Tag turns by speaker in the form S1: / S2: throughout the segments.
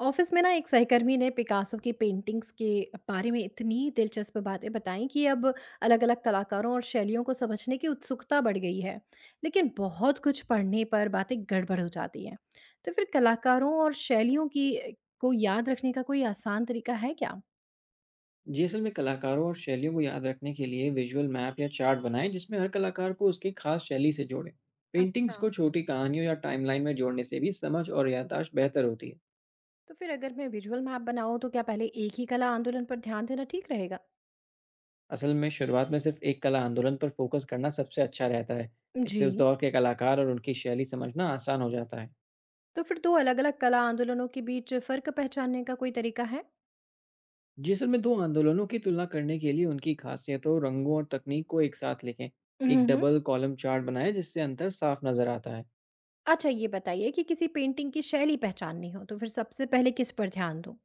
S1: Office में ना एक सहकर्मी ने पिकासो की पेंटिंग्स के बारे में इतनी दिलचस्प बातें बताई कि अब अलग-अलग कलाकारों और शैलियों को समझने की उत्सुकता बढ़ गई है लेकिन बहुत कुछ पढ़ने पर बातें गड़बड़ हो जाती हैं। तो फिर कलाकारों और शैलियों की को याद रखने का कोई आसान तरीका है क्या?
S2: जी, असल में कलाकारों और शैलियों को याद रखने के लिए विजुअल मैप या चार्ट बनाएं जिसमें हर कलाकार को उसकी खास शैली से जोड़ें।
S1: अच्छा,
S2: पेंटिंग्स को छोटी कहानियों या टाइमलाइन में जोड़ने से भी समझ और याददाश्त बेहतर होती है।
S1: तो फिर अगर मैं विजुअल मैप बनाऊं तो क्या पहले एक ही कला आंदोलन पर ध्यान देना ठीक रहेगा?
S2: असल में शुरुआत में सिर्फ एक कला आंदोलन पर फोकस करना सबसे अच्छा रहता है।
S1: जी।
S2: इससे उस दौर के कलाकार और उनकी शैली समझना आसान हो जाता है।
S1: तो फिर दो अलग-अलग कला आंदोलनों के बीच फर्क पहचानने का कोई तरीका
S2: जी, असल में दो आंदोलनों की तुलना करने के लिए उनकी खासियतों, रंगों और तकनीक को एक साथ लिखें। एक
S1: है?
S2: डबल कॉलम चार्ट बनाएं जिससे अंतर साफ नजर आता है।
S1: अच्छा, ये बताइए कि किसी पेंटिंग की शैली पहचाननी हो तो फिर सबसे पहले किस पर ध्यान दूँ?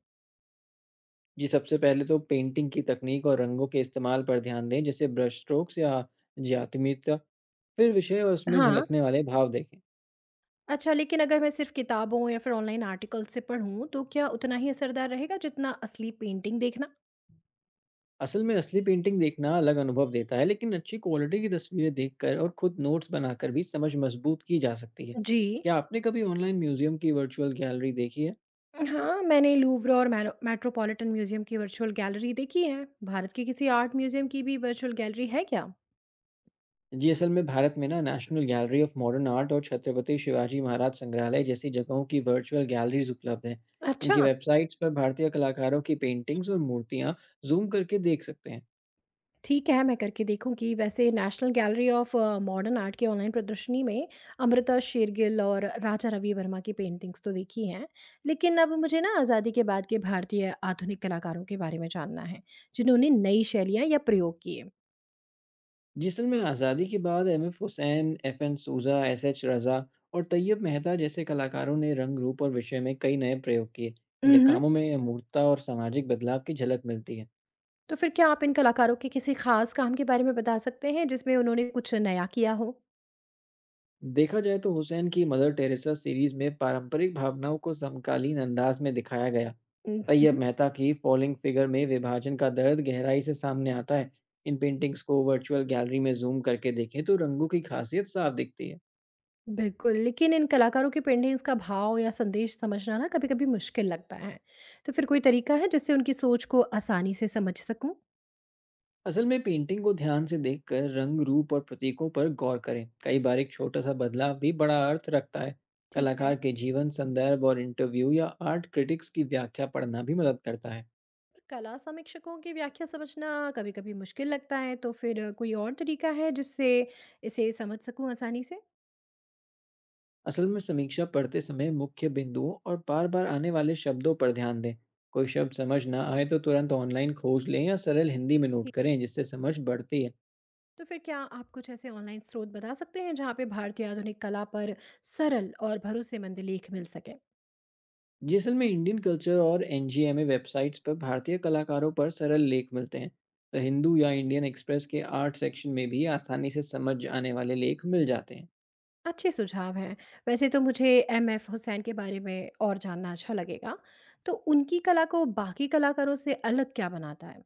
S2: जी, सबसे पहले तो पेंटिंग की तकनीक और रंगों के इस्तेमाल पर ध्यान दें, जैसे ब्रश स्ट्रोक्स या ज्यामिति। फिर विषय और उसमें
S1: हाँ।
S2: झलकने वाले भाव देखें।
S1: अच्छा, लेकिन अगर मैं सिर्फ किताबों या फिर ऑनलाइन आर्टिकल से पढूँ तो क्या उतना ही असरदार रहेगा जितना असली पेंटिंग देखना?
S2: असल में असली पेंटिंग देखना अलग अनुभव देता है, लेकिन अच्छी क्वालिटी की तस्वीरें देखकर और खुद नोट्स बनाकर भी समझ मजबूत की जा सकती है।
S1: जी।
S2: क्या आपने कभी ऑनलाइन म्यूजियम की वर्चुअल गैलरी देखी है?
S1: हाँ, मैंने लूव्र और मैरो मेट्रोपॉलिटन म्यूज़ियम की वर्चुअल गैलरी देखी है। भारत के किसी आर्ट म्यूज़ियम की भी वर्चुअल गैलरी है क्या?
S2: जी, असल में भारत में ना national gallery of modern art और छत्रपति शिवाजी महाराज संग्रहालय जैसी जगहों की वर्चुअल गैलरीज उपलब्ध हैं।
S1: अच्छा।
S2: इनकी वेबसाइट्स पर भारतीय कलाकारों की पेंटिंग्स और मूर्तियां जूम करके देख सकते हैं।
S1: ठीक है, मैं करके देखूँगी। वैसे national gallery of modern art की ऑनलाइन प्रदर्शनी में अमृता शेरगिल और राजा रवि वर्मा की पेंटिंग्स तो देखी हैं, लेकिन अब मुझे ना आज़ादी के बाद के भारतीय आधुनिक कलाकारों के बारे में जानना है, जिन्होंने नई शैलियाँ या प्रयोग किए।
S2: जी, असल में आज़ादी के बाद एमएफ हुसैन, एफएन सूजा, एसएच रज़ा और तैयब मेहता जैसे कलाकारों ने रंग, रूप और विषय में कई नए प्रयोग किए।
S1: हुँ,
S2: इनके
S1: हुँ।
S2: कामों में अमूर्तता और सामाजिक बदलाव की झलक मिलती है।
S1: तो फिर क्या आप इन कलाकारों के किसी खास काम के बारे में बता सकते हैं, जिसमें उन्होंने कुछ नया किया हो?
S2: देखा जाए तो हुसैन की मदर टेरेसा सीरीज में पारंपरिक भावनाओं को समकालीन अंदाज में दिखाया गया।
S1: हुँ।
S2: तैयब मेहता की फॉलिंग फिगर में विभाजन का दर्द गहराई से सामने आता है। इन पेंटिंग्स को वर्चुअल गैलरी में जूम करके देखें तो रंगों की खासियत साफ दिखती है।
S1: बिल्कुल, लेकिन इन कलाकारों की पेंटिंग्स का भाव या संदेश समझना ना कभी-कभी मुश्किल लगता है। तो फिर कोई तरीका है जिससे उनकी सोच को आसानी से समझ सकूँ?
S2: असल में पेंटिंग को ध्यान से देखकर रंग, रूप और प्रतीकों पर गौर करें। कई बार एक छोटा सा बदलाव भी बड़ा अर्थ रखता है।
S1: ठीक है।
S2: कलाकार के जीवन, संदर्भ और इंटरव्यू या आर्ट क्रिटिक्स की व्याख्या पढ़ना भी मदद करता है।
S1: कला समीक्षकों की व्याख्या समझना कभी-कभी मुश्किल लगता है, तो फिर कोई और तरीका है जिससे इसे समझ सकूँ आसानी से?
S2: असल में समीक्षा पढ़ते समय मुख्य बिंदुओं और बार बार आने वाले शब्दों पर ध्यान दें। कोई शब्द समझ ना आए तो तुरंत ऑनलाइन खोज लें या सरल हिंदी में नोट
S1: ठीक।
S2: करें, जिससे समझ बढ़ती है।
S1: तो फिर क्या आप कुछ ऐसे ऑनलाइन स्रोत बता सकते हैं जहाँ पे भारतीय आधुनिक कला पर सरल और भरोसेमंद लेख मिल सके?
S2: जी, असल में इंडियन कल्चर और एनजीएमए वेबसाइट्स पर भारतीय कलाकारों पर सरल लेख मिलते हैं। तो हिंदू या इंडियन एक्सप्रेस के आर्ट सेक्शन में भी आसानी से समझ आने वाले लेख मिल जाते हैं।
S1: अच्छे सुझाव हैं। वैसे तो मुझे एमएफ हुसैन के बारे में और जानना अच्छा लगेगा। तो उनकी कला को बाकी कलाकारों से अलग क्या बनाता है?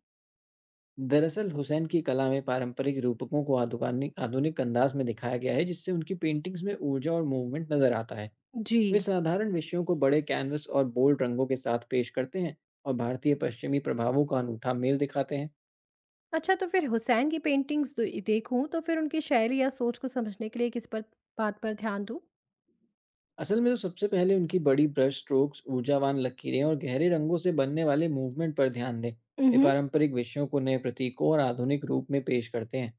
S2: दरअसल हुसैन की कला में पारंपरिक रूपकों को आधुनिक आधुनिक अंदाज में दिखाया गया है, जिससे उनकी पेंटिंग्स में ऊर्जा और मूवमेंट नजर आता है।
S1: जी।
S2: वे साधारण विषयों को बड़े कैनवस और बोल्ड रंगों के साथ पेश करते हैं और भारतीय पश्चिमी प्रभावों का अनूठा मेल दिखाते हैं।
S1: अच्छा, तो फिर हुसैन की पेंटिंग्स देखूं तो फिर उनकी शायरी या सोच को समझने के लिए किस पर बात पर ध्यान दूं?
S2: असल में तो सबसे पहले उनकी बड़ी ब्रश स्ट्रोक्स, ऊर्जावान लकीरें और गहरे रंगों से बनने वाले मूवमेंट पर ध्यान दें। वे
S1: हम्म।
S2: पारंपरिक विषयों को नए प्रतीकों और आधुनिक रूप में पेश करते हैं।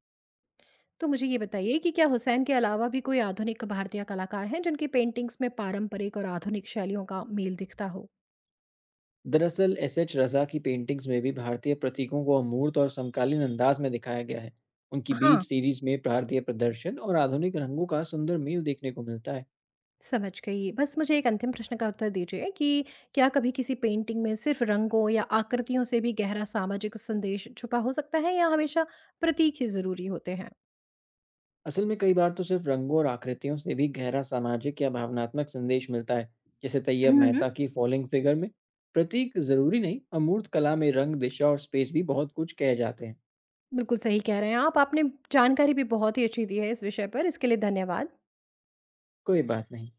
S1: तो मुझे ये बताइए कि क्या हुसैन के अलावा भी कोई आधुनिक भारतीय कलाकार हैं जिनकी पेंटिंग्स में पारंपरिक और आधुनिक शैलियों का मेल दिखता हो?
S2: दरअसल एसएच रजा की पेंटिंग्स में भी भारतीय प्रतीकों को अमूर्त और समकालीन अंदाज में दिखाया गया है। उनकी
S1: हाँ,
S2: बीच सीरीज में भारतीय प्रदर्शन और आधुनिक रंगों का सुंदर मेल देखने को मिलता है।
S1: समझ गई। बस मुझे एक अंतिम प्रश्न का उत्तर दीजिए कि क्या कभी किसी पेंटिंग में सिर्फ रंगों या आकृतियों से भी गहरा सामाजिक संदेश छुपा हो सकता है या हमेशा प्रतीक ही ज़रूरी होते हैं?
S2: असल में कई बार तो सिर्फ रंगों और आकृतियों से भी गहरा सामाजिक या भावनात्मक संदेश मिलता है, जैसे तैयब
S1: हम्म।
S2: मेहता की फॉलिंग फिगर में। प्रतीक जरूरी नहीं, अमूर्त कला में रंग, दिशा और स्पेस भी बहुत कुछ कह जाते हैं।
S1: बिल्कुल सही कह रहे हैं आप। आपने जानकारी भी बहुत ही अच्छी दी है इस विषय पर। इसके लिए धन्यवाद।
S2: कोई बात नहीं।